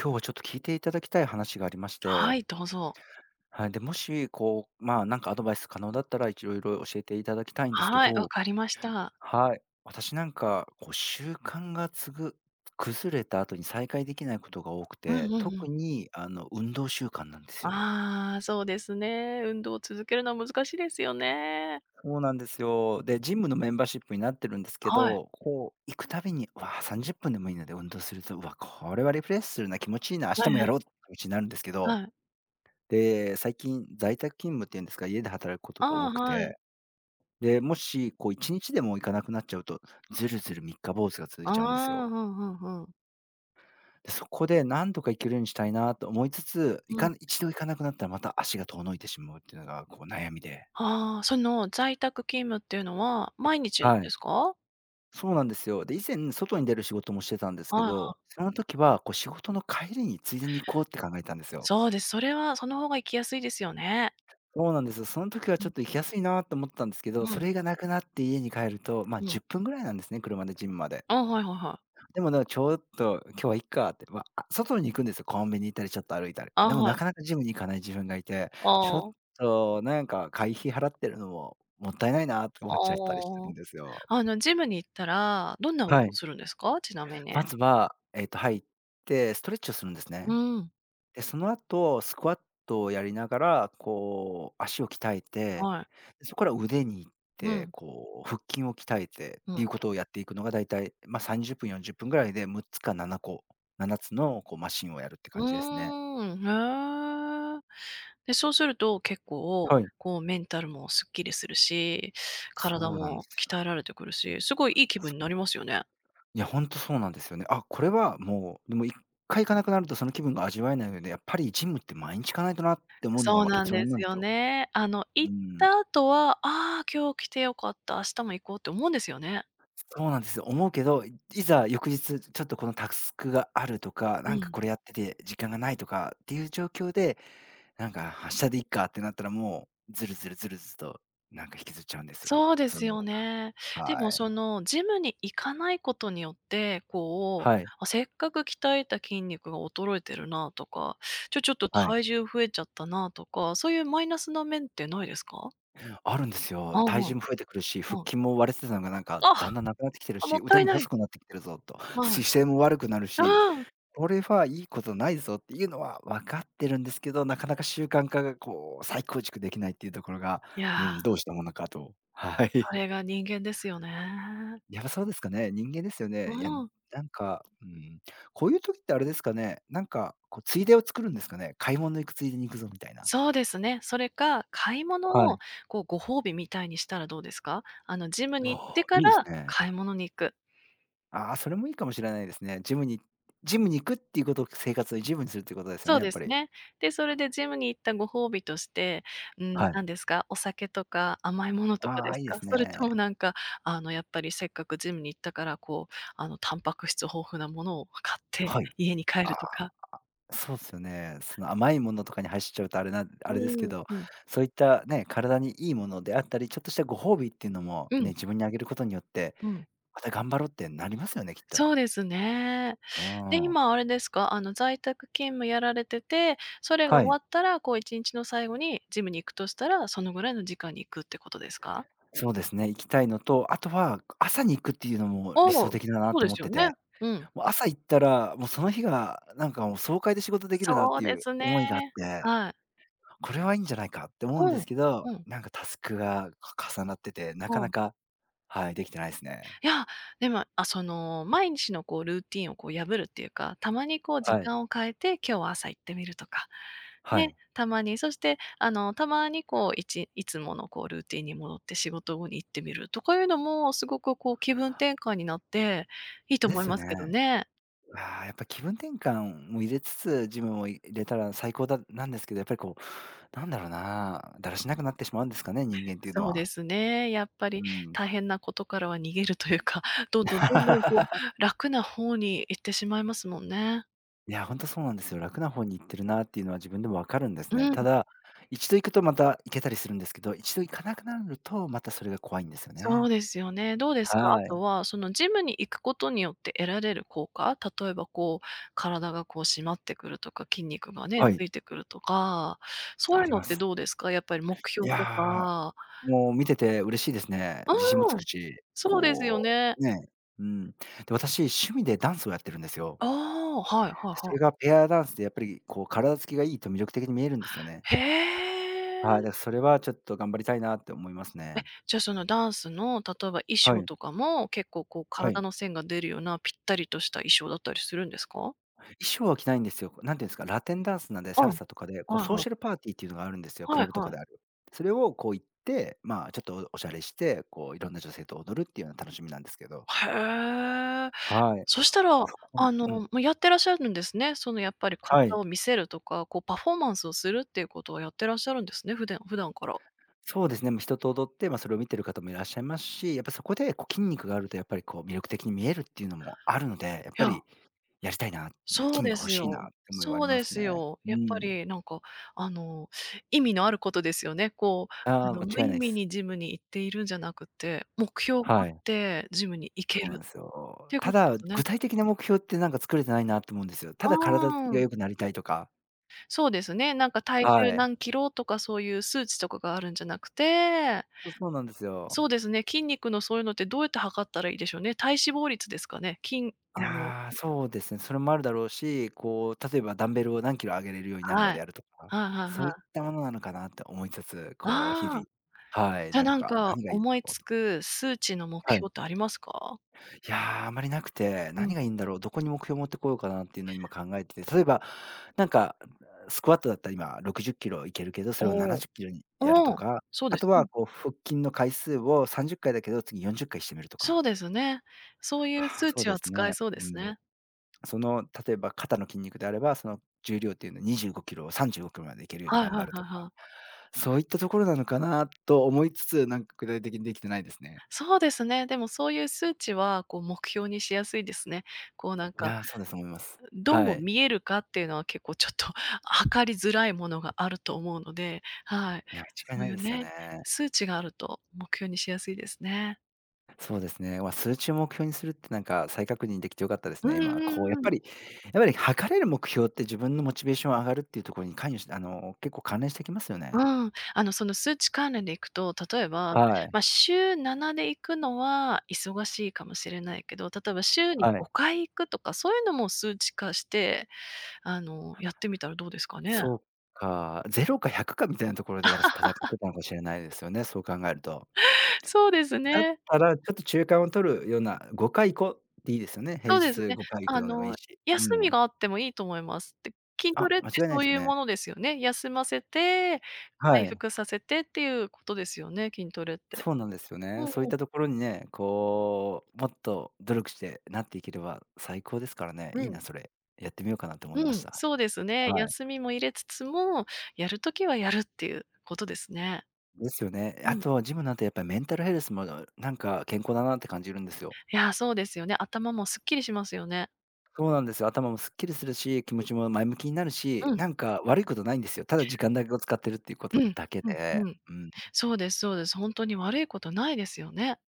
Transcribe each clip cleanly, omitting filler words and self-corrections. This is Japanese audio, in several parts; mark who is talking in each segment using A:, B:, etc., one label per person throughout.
A: 今日はちょっと聞いていただきたい話がありまし
B: は
A: て、
B: い、どうぞ。
A: はい、で、もし、こう、まあ、なんかアドバイス可能だったら、いろいろ教えていただきたいんですけ
B: はい、わ
A: ど、
B: かりました。
A: はい。私なんか、習慣がつぐ崩れた後に再開できないことが多く
B: うん
A: て、
B: うんう
A: 特
B: ん。
A: に、運動習慣なんですよ。
B: ああ、そうですね。運動を続けるのは難しいですよね。
A: そうなんですよ。で、ジムのメンバーシップになってるんですけ
B: はい。
A: ど、行くたびに、うわあ、30分でもいいので運動すると、うわ、これはリフレッシュするな、気持ちいいな、明
B: はい
A: 日も
B: は
A: やろうって
B: い。
A: 気持ちになるんですけど、
B: はい。
A: で、最近在宅勤務っていうんですか、家で働くこと
B: あ
A: が多
B: あ、
A: く
B: はい。
A: て、で、もし1日でも行かなくなっちゃうと、ずるずる三日坊主が続い
B: あ
A: ちゃうんですよ。
B: あ、うんうんうん。
A: で、そこでなんとか行けるようにしたいなと思いつつ、い
B: う
A: か
B: ん。
A: ん一度行かなくなったらまた足が遠のいてしまうっていうのが悩みで。
B: ああ、その在宅勤務っていうのは毎日
A: は
B: で
A: い。
B: すか？
A: そうなんですよ。で、以前外に出る仕事もしてたんです
B: は
A: け
B: いはい。
A: ど、その時は仕事の帰りについでに行こうって考えたんですよ。
B: そうです。それはその方が行きやすいですよね。
A: そうなんですよ。その時は
B: う
A: ちょ
B: ん、
A: っと行きやすいなと思ったんですけど、
B: う
A: そ
B: ん
A: れがなくなって家に帰ると、まあ
B: うん。
A: 10分ぐらいなんですね、車でジムまで。
B: あ、はいはいはい。
A: でもなんかちょっと今日はいっかって、外に行くんですよ。コンビニ行ったりちょっと歩いたり。
B: あ、
A: でも
B: は
A: なか
B: い。
A: なかジムに行かない自分がいて、ちょっ
B: ああ、
A: となんか会費払ってるのももったいないなと思っちゃったりして
B: あ
A: る
B: あ。
A: んですよ。
B: あのジムに行ったら、どんな運
A: は
B: 動
A: い。
B: するんですか？ちなみに。
A: まずは、入ってストレッチをするんです
B: う
A: ね。
B: ん。
A: で、その後、スクワットをやりながら、足を鍛えて、
B: はい。
A: で、そこから腕に行っ
B: う
A: て、
B: ん、
A: 腹筋を鍛えてっ
B: うん。
A: ていうことをやっていくのがだいたい、まあ、30分、40分ぐらいで6つか7個、7つのマシンをやるって
B: う
A: 感じですね。
B: ーん、へえ。で、そうすると結構、
A: はい。
B: こうメンタルもすっきりするし、
A: そ
B: 体
A: うなんで
B: も
A: すよ。
B: 鍛えられてくるし、すごいいい気分になり
A: そ
B: ま
A: う
B: すよね。
A: いや、ほんとそうなんですよね。あ、これはもう、でも1回行かなくなるとその気分が味わえないので、やっぱりジムって毎日行かないとなって思うの
B: そ
A: が、
B: う
A: ま、
B: なん
A: 結
B: で
A: 論な
B: す
A: んで
B: よ
A: すよ。
B: ね。
A: う
B: 行っ
A: ん。
B: た後は、ああ、今日来てよかった、明日も行こうって思うんですよね。
A: そうなんですよ。思うけど、いいざ翌日、ちょっとこのタスクがあるとか、
B: う
A: なんか
B: ん。
A: これやってて時間がないとかっていう状況で、なんか、発明日でいっかってなったらもう、ずるずるずるずると、引きずっちゃうんですよ。
B: そうで
A: そ
B: す
A: の、
B: よね。で
A: は
B: もそ
A: い。
B: のジムに行かないことによって、こう、
A: はい。
B: せっかく鍛えた筋肉が衰えてるなとか、ちょっと
A: は
B: 体
A: い。
B: 重増えちゃったなとか、そういうマイナスな面ってないですか？
A: あるんですよ。
B: あ、う
A: 体重
B: ん、
A: も増えてくるし、腹
B: うん。
A: 筋も割れてたのがなんか、
B: あ、
A: だんだんなくなってきてる
B: あ、も
A: し、
B: っ
A: 腕
B: たい
A: も
B: な
A: 細
B: い。
A: くなってきてるぞと、
B: はい。
A: 姿勢も悪くなるし、
B: うん。
A: これはいいことないぞっていうのは分かってるんですけど、なかなか習慣化が再構築できないっていうところが、
B: い
A: う
B: や、
A: ん、どうしたものかと。はい。
B: そ れが人間ですよね。
A: やっぱそうですかね。人間ですよね。
B: う
A: いや、
B: ん。
A: なんか、うん、こういう時ってあれですかね、なんかついでを作るんですかね。買い物行くついでに行くぞみたいな。
B: そうですね。それか、買い物
A: は
B: を
A: い。
B: こうご褒美みたいにしたらどうですか？あのジム
A: あ
B: に行って
A: あ、
B: か
A: いいです
B: ら
A: ね。
B: 買い物に行く。
A: ああ、それもいいかもしれないですね。ジムに行くっていうことを生活の一部にするっていうことですよ
B: そ
A: ね、
B: う
A: やっ
B: で
A: ぱ
B: す
A: り。
B: ね。で、それでジムに行ったご褒美として、うん、
A: はい。
B: なんですか、お酒とか甘いものとか
A: あ
B: で
A: あ、
B: す
A: いいで
B: か？
A: す
B: そ
A: ね。
B: れともなんか、やっぱりせっかくジムに行ったから、こう、タンパク質豊富なものを買って
A: はい。
B: 家に帰る
A: あ、
B: とか。
A: そうですよね。その甘いものとかに走っちゃうとあれなあ
B: う
A: れですけ
B: ん、
A: ど、
B: うん。
A: そういったね、体にいいものであったり、ちょっとしたご褒美っていうのも
B: うん、
A: ね、自分にあげることによって、
B: うん。
A: また頑張ろうってなりますよね、きっと。
B: そうですね。
A: う
B: で、
A: ん。
B: 今あれですか、在宅勤務やられてて、それが
A: は
B: 終わ
A: い。
B: ったら、こう1日の最後にジムに行くとしたら、そのぐらいの時間に行くってことですか？
A: そうですね、行きたいのと、あとは朝に行くっていうのも
B: お
A: 理想
B: お、
A: 的だな
B: そう
A: と
B: で
A: 思っ
B: すよ
A: て
B: ね。
A: て、
B: うん。
A: もう朝行ったら、もうその日がなんかもう爽快で仕事できるなっ
B: そう
A: てい
B: で
A: う
B: すね。
A: 思いがあって、
B: はい。
A: これはいいんじゃないかって思うんで
B: うん。
A: すけど、
B: うん。
A: なんかタスクが、重なってて、なか
B: う
A: な
B: ん。
A: か、はい、できてないですね。
B: いや、でも、その、毎日のこうルーティンをこう破るっていうか、たまにこう時
A: はい。
B: 間を変えて、今日は朝行ってみるとか。
A: は
B: ね、
A: い。
B: たまに、そして、たまにこう、いつものこうルーティンに戻って仕事後に行ってみるとかいうのも、すごくこう気分転換になって、いいと
A: で
B: 思い
A: すよ
B: ますけど
A: ね。
B: ね。
A: ああ、やっぱ気分転換も入れつつ、ジムも入れたら最高だなんですけど、やっぱりなんだろうな、だらしなくなってしまうんですかね、人間っていうの
B: そうで
A: は。
B: すね。やっぱり
A: うん。
B: 大変なことからは逃げるというか、どんどんどんどんこ う、楽な方に行ってしまいますもんね。
A: いや、本当そうなんですよ。楽な方に行ってるなっていうのは自分でもわかるんです
B: う
A: ね。
B: ん、
A: ただ、一度行くとまた行けたりするんですけど、一度行かなくなると、またそれが怖いんですよ
B: そう
A: ね。
B: ですよね。どうですか？あ
A: は
B: と
A: い。
B: は、そのジムに行くことによって得られる効果、例えばこう、体がこう締まってくるとか、筋肉がね、
A: は
B: つ
A: い、
B: いてくるとか、そう
A: あ
B: いう
A: り
B: の
A: ま
B: って
A: す。
B: どうですか？やっぱり目
A: い
B: 標と
A: や
B: か
A: ー、もう見てて嬉しいですね。自信もつ
B: う
A: く
B: ん。
A: し、
B: そうですよね。
A: うん。で、私、趣味でダンスをやってるんですよ。
B: ああ、はいはい
A: で、そ
B: は
A: れ
B: い。
A: がペアダンスでやっぱり体つきがいいと魅力的に見えるんですよね。
B: へ
A: はい、だ
B: え。
A: からそれはちょっと頑張りたいなって思います
B: え、
A: ね。
B: じゃあそのダンスの、例えば衣
A: は
B: 装
A: い、
B: とかも、結構こう
A: は
B: 体
A: い。
B: の線が出るようなぴったりとした衣装だったりするんですか？
A: 衣装は着ないんですよ。なんていうんですか、ラテンダンスなんで、
B: あ、
A: サル
B: はい
A: サとかで、ソー
B: は
A: シ
B: い。
A: ャルパーティーっていうのがあるんですよ、ク
B: はい
A: ラブと
B: は
A: か
B: い。
A: である。それを行って、まあ、ちょっとおしゃれして、いろんな女性と踊るっていうような楽しみなんですけど。
B: へえ。
A: はい。
B: そしたら、
A: うん、うん、
B: もうやってらっしゃるんですね。そのやっぱり
A: は
B: 体
A: い。
B: を見せるとか、こうパフォーマンスをするっていうことをやってらっしゃるんですね、普段から。
A: そうですね、まあ、人と踊って、まあ、それを見てる方もいらっしゃいますし、やっぱそこで筋肉があるとやっぱり魅力的に見えるっていうのもあるので、やっ
B: い
A: ぱ
B: や、
A: りやりたいな、
B: そう
A: 筋
B: で
A: 肉欲
B: す
A: しいな
B: よ。
A: って思いはあ
B: そ
A: り
B: う
A: ま
B: で
A: す
B: す
A: ね。
B: よ。
A: う
B: やっぱ
A: ん。
B: りなんか、あの、意味のあることですよね。こう、
A: ああ、間違い
B: 無
A: ない
B: 意
A: で
B: 味
A: す。
B: にジムに行っているんじゃなくて、目標があ
A: は
B: っ
A: い。
B: てジムに行け
A: そうなん
B: る
A: です
B: って
A: よ。
B: いう
A: た
B: ことで
A: だ、
B: すよね。
A: 具体的な目標ってなんか作れてないなって思うんですよ。
B: う
A: ただ体つ
B: ー
A: きが
B: ん。
A: 良くなりたいとか、
B: そうですね。なんか体
A: は
B: 重
A: い。
B: 何キロとかそういう数値とかがあるんじゃなくて
A: そうなんですよ。
B: そうですね、筋肉のそういうのってどうやって測ったらいいでしょうね。体脂肪率ですかね。筋あの
A: ああ、そうですね。それもあるだろうし、例えばダンベルを何キロ上げれるようになるま
B: は
A: で
B: い。
A: やるとか、
B: はいはい
A: そ
B: は
A: ういっ
B: い。
A: たものなのかなって思いつつ、こう日
B: あ
A: 々
B: あ、
A: はい、
B: じゃ、
A: なん
B: なん
A: か
B: か
A: 何がいいんだ
B: 思い
A: ろう
B: つ
A: と。
B: く数値の目
A: はい。
B: 標ってありますか？
A: いやー、あまりなくて、
B: う
A: 何
B: ん。
A: がいいんだろう、どこに目標を持ってこようかなっていうのを今考えてて、例えば、なんか、スクワットだったら今60キロいけるけど、それを
B: おお、
A: 70キロにやると
B: うん、
A: か、
B: そうで
A: あと
B: す。う
A: は
B: ん。
A: 腹筋の回数を30回だけど、次40回してみるとか。
B: そうですね。そういう
A: はあ、
B: 数
A: そう
B: 値
A: で
B: は
A: す
B: 使え
A: ね。
B: そうで
A: う
B: す
A: ん。
B: ね。
A: その、例えば肩の筋肉であれば、その重量っていうの25キロを35キロまでいけるように
B: はい
A: 頑
B: は
A: 張
B: い
A: る
B: は
A: と
B: い
A: か、
B: はい。
A: そういったところなのかなと思いつつ、なんか具体的にできてないですね。
B: そうですね、でもそういう数値はこう目標にしやすいですね。こうなん
A: い
B: か
A: や、そうだと思います。
B: ど
A: は
B: う
A: い。
B: 見えるかっていうのは結構ちょっと 測りづらいものがあると思うので、はい。
A: いや、間違
B: そ
A: い
B: う
A: な
B: い
A: い
B: う
A: ですよ
B: ね、
A: ね。
B: 数値があると目標にしやすいですね。
A: そうですね。まあ、数値を目標にするってなんか再確認できてよかったです
B: う
A: ね、
B: ん
A: 今。
B: う
A: こうや
B: ん
A: っ
B: うん。
A: ぱりやっぱり測れる目標って自分のモチベーション上がるっていうところに関与して結構関連してきますよね。
B: うん。その数値関連でいくと、例えば、
A: はい、
B: まあ、週7で行くのは忙しいかもしれないけど、例えば週に
A: はい。
B: 5回行くとか、そういうのも数値化して、やってみたらどうですかね？
A: そうか、ゼロか100かみたいなところで私戦ってたのかもしれないですよね、そう考えると。
B: そうです
A: だっ
B: ね。
A: たら、ちょっと中間を取るような、5回行こうでいいですよね。平
B: そうです
A: 日
B: ね。
A: 5回行く
B: あ
A: のでもいい
B: の、
A: し。う
B: 休み
A: ん。
B: があってもいいと思います。で、筋ト
A: あ、
B: レって
A: 間違いな
B: そ
A: いで
B: う
A: す
B: いう
A: ね。
B: ものですよね。休ませて、
A: は
B: 回
A: い。
B: 復させてっていうことですよね、筋トレって。
A: そうなんですよ
B: うん
A: ね。そういっ
B: う
A: たと
B: ん。
A: ころにね、こう、もっと努力してなっていければ最高ですからね。
B: う
A: いい
B: ん。
A: な、それ。やってみようかなと思いま
B: う
A: し
B: ん、
A: た。
B: そうですね。
A: はい。
B: 休みも入れつつも、やる時はやるっていうことですね。
A: ですよね。
B: う
A: あ
B: ん。
A: とジムなんてやっぱりメンタルヘルスもなんか健康だなって感じるんですよ。
B: いや、そうですよね。頭もすっきりしますよね。
A: そうなんですよ。頭もすっきりするし、気持ちも前向きになるし、
B: うん、
A: なんか悪いことないんですよ。ただ時間だけを使ってるっていうこ
B: う
A: と
B: ん、
A: だけ
B: うん、う
A: で、
B: ん。
A: うん、
B: そうですそうです。ほんとに悪いことないですよね。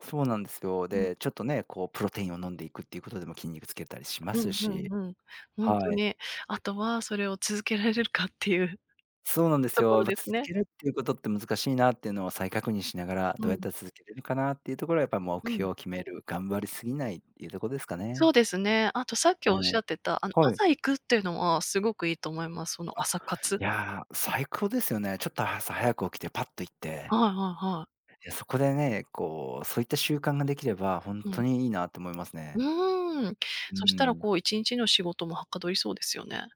A: そうなんですよ。
B: うん、
A: で、ちょっとね、こうプロテインを飲んでいくっていうことでも筋肉つけたりしま
B: う
A: す
B: んうん
A: し、
B: うん。ほんと
A: はい。
B: に。あとはそれを続けられるかっていう。
A: そうなんです
B: とこ
A: よ。や
B: ろ
A: っぱ
B: です
A: 続
B: ね。
A: けるっていうことって難しいなっていうのを再確認しながら、
B: う
A: どう
B: ん、
A: やったら続けれるかなっていうところはやっぱり
B: う
A: 目
B: ん。
A: 標を決める、頑張りすぎないっていうところですか
B: そう
A: ね。
B: ですね。あとさっき
A: う
B: おっし
A: ん。
B: ゃってた、
A: はい。
B: 朝行くっていうのはすごくいいと思います。その
A: あ、
B: 朝活。
A: いやー、最高ですよね。ちょっと朝早く起きてパッと行っ
B: は
A: て、
B: いはいはい。
A: いや、そこでね、こう、そういった習慣ができれば、ほん
B: う
A: と
B: ん。
A: にいいなと思います
B: う
A: ね。
B: ーん。
A: う
B: そしたら
A: ん、
B: こう1日の仕事もはかどりそうですよね。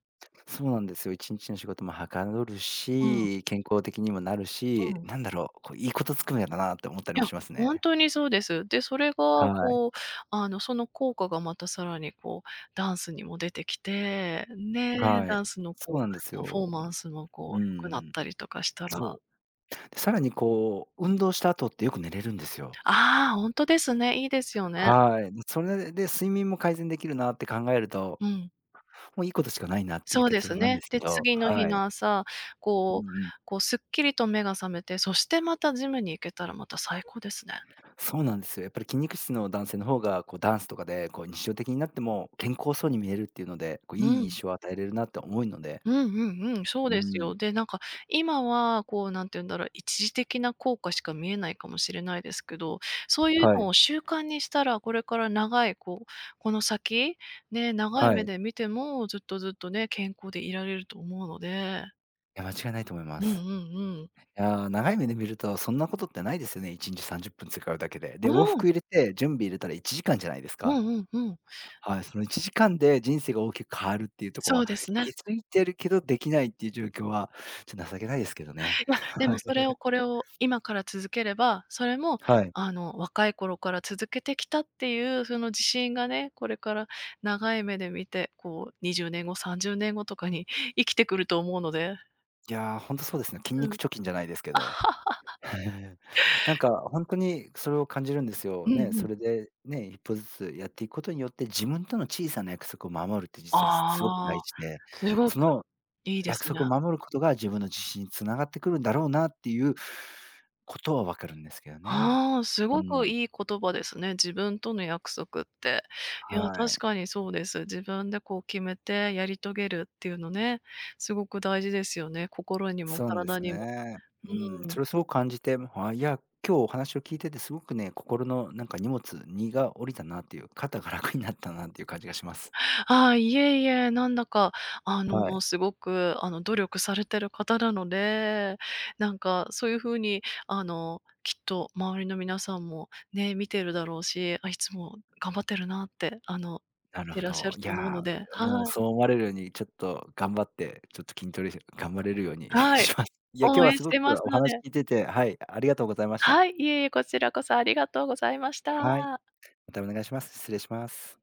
A: そうなんですよ。1日の仕事もはかどる
B: うん、
A: し、健康的にもなる
B: う
A: し、
B: ん。
A: なんだろう、こう、いいことずくめだなって思ったり
B: い
A: も
B: や、
A: します
B: ほん
A: ね。
B: とにそうです。で、それが
A: はい。
B: こう、その効果がまたさらにこう、ダンスにも出てきて、ね、
A: はい。
B: ダンスの
A: そ
B: こ
A: うな
B: う、
A: んです
B: パフ
A: よ。
B: ォーマンスも
A: う
B: こう良くなっ
A: ん、
B: たりとかしたら
A: そう。で、さらにこう、運動した後ってよく寝れるんですよ。
B: ああ、ほんとですね、いいですよね。
A: はい。それで睡眠も改善できるなって考えると、
B: うん。
A: もういいことしかないなっていう
B: そうで
A: 結
B: す
A: 論なんで
B: ね。
A: すけ
B: で、
A: ど、
B: 次の日
A: はい。
B: の朝、
A: う
B: こう
A: んうん。
B: こうすっきりと目が覚めて、そしてまたジムに行けたらまた最高ですね。
A: そうなんですよ。やっぱり筋肉質の男性の方が、こうダンスとかで、こう日常的になっても健康そうに見えるっていうので、こうい
B: う
A: い
B: ん。
A: 印象を与えれるなって思うので。
B: うんうんうん、そう
A: う
B: です
A: ん、
B: よ。で、なんか今はこう何て言うんだろう、一時的な効果しか見えないかもしれないですけど、そういう
A: は
B: のを
A: い、
B: 習慣にしたら、これから長いこう、この先、ね、長い
A: は
B: 目
A: い。
B: で見てもずっとずっとね、健康でいられると思うので。
A: いや、間違いないと思いま
B: うんうん
A: す。
B: うん。
A: いや、長い目で見るとそんなことってないですよね、1日30分使うだけで。
B: う
A: で、往復
B: ん。
A: 入れて準備入れたら1時間じゃないです
B: う
A: か。
B: んうんうん。
A: はい、その1時間で人生が大きく変わるっていうところ
B: そう
A: は、
B: ですね。
A: 気づいてるけどできないっていう状況は、ちょっと情けないですけどね。
B: いや、で
A: は
B: も
A: い。
B: それをこれを今から続ければ、それも
A: はい。
B: 若い頃から続けてきたっていうその自信がね、これから長い目で見て、こう20年後、30年後とかに 生きてくると思うので。
A: いやー、ほんとそうですね。筋
B: う
A: 肉
B: ん。
A: 貯金じゃないですけど。なんか本当にそれを感じるんですよ。
B: うんう
A: ね、そ
B: ん。
A: れでね、一歩ずつやっていくことによって、自分との小さな約束を守るって実はすごく
B: あ
A: 大
B: あ、
A: 事で、
B: すごく
A: その
B: いいで
A: 約
B: すね。
A: 束を守ることが自分の自信に繋がってくるんだろうなっていうことは分かるんですけどね。
B: ああ、す
A: う
B: ごく
A: ん、
B: いい言葉ですね。自分との約束って。い
A: は
B: や、確
A: い。
B: かにそうです。自分でこう決めてやり遂げるっていうのね、すごく大事ですよね。心にも
A: そうなんで
B: 体
A: す
B: にも。
A: ね。うん、
B: う
A: そ
B: ん。
A: れをすごく感じて、いや、今日お話を聞いててすごくね、心のなんか荷物、荷が下りたなっていう、肩が楽になったなっていう感じがします。
B: ああ、いえいえ、なんだか、
A: はい。
B: すごく、努力されてる方なので、なんかそういう風に、きっと周りの皆さんもね、見てるだろうし、いつも頑張ってるなって、
A: な
B: 見
A: る
B: て
A: ほ
B: らっしゃ
A: ど。
B: る
A: い
B: と思う
A: や
B: ので
A: ー、もう
B: は
A: そう
B: い。
A: 思われるようにちょっと頑張って、ちょっと筋トレし頑張れるように
B: はい。
A: します。いや、今日
B: 応
A: は
B: 援
A: す
B: し
A: ご
B: て
A: く
B: ます
A: お
B: の
A: 話
B: で
A: 聞いてて、はい、ありがとうございました。
B: はい、いえいえ、こちらこそありがとうございまし
A: はい、
B: た。
A: またお願いします。失礼します。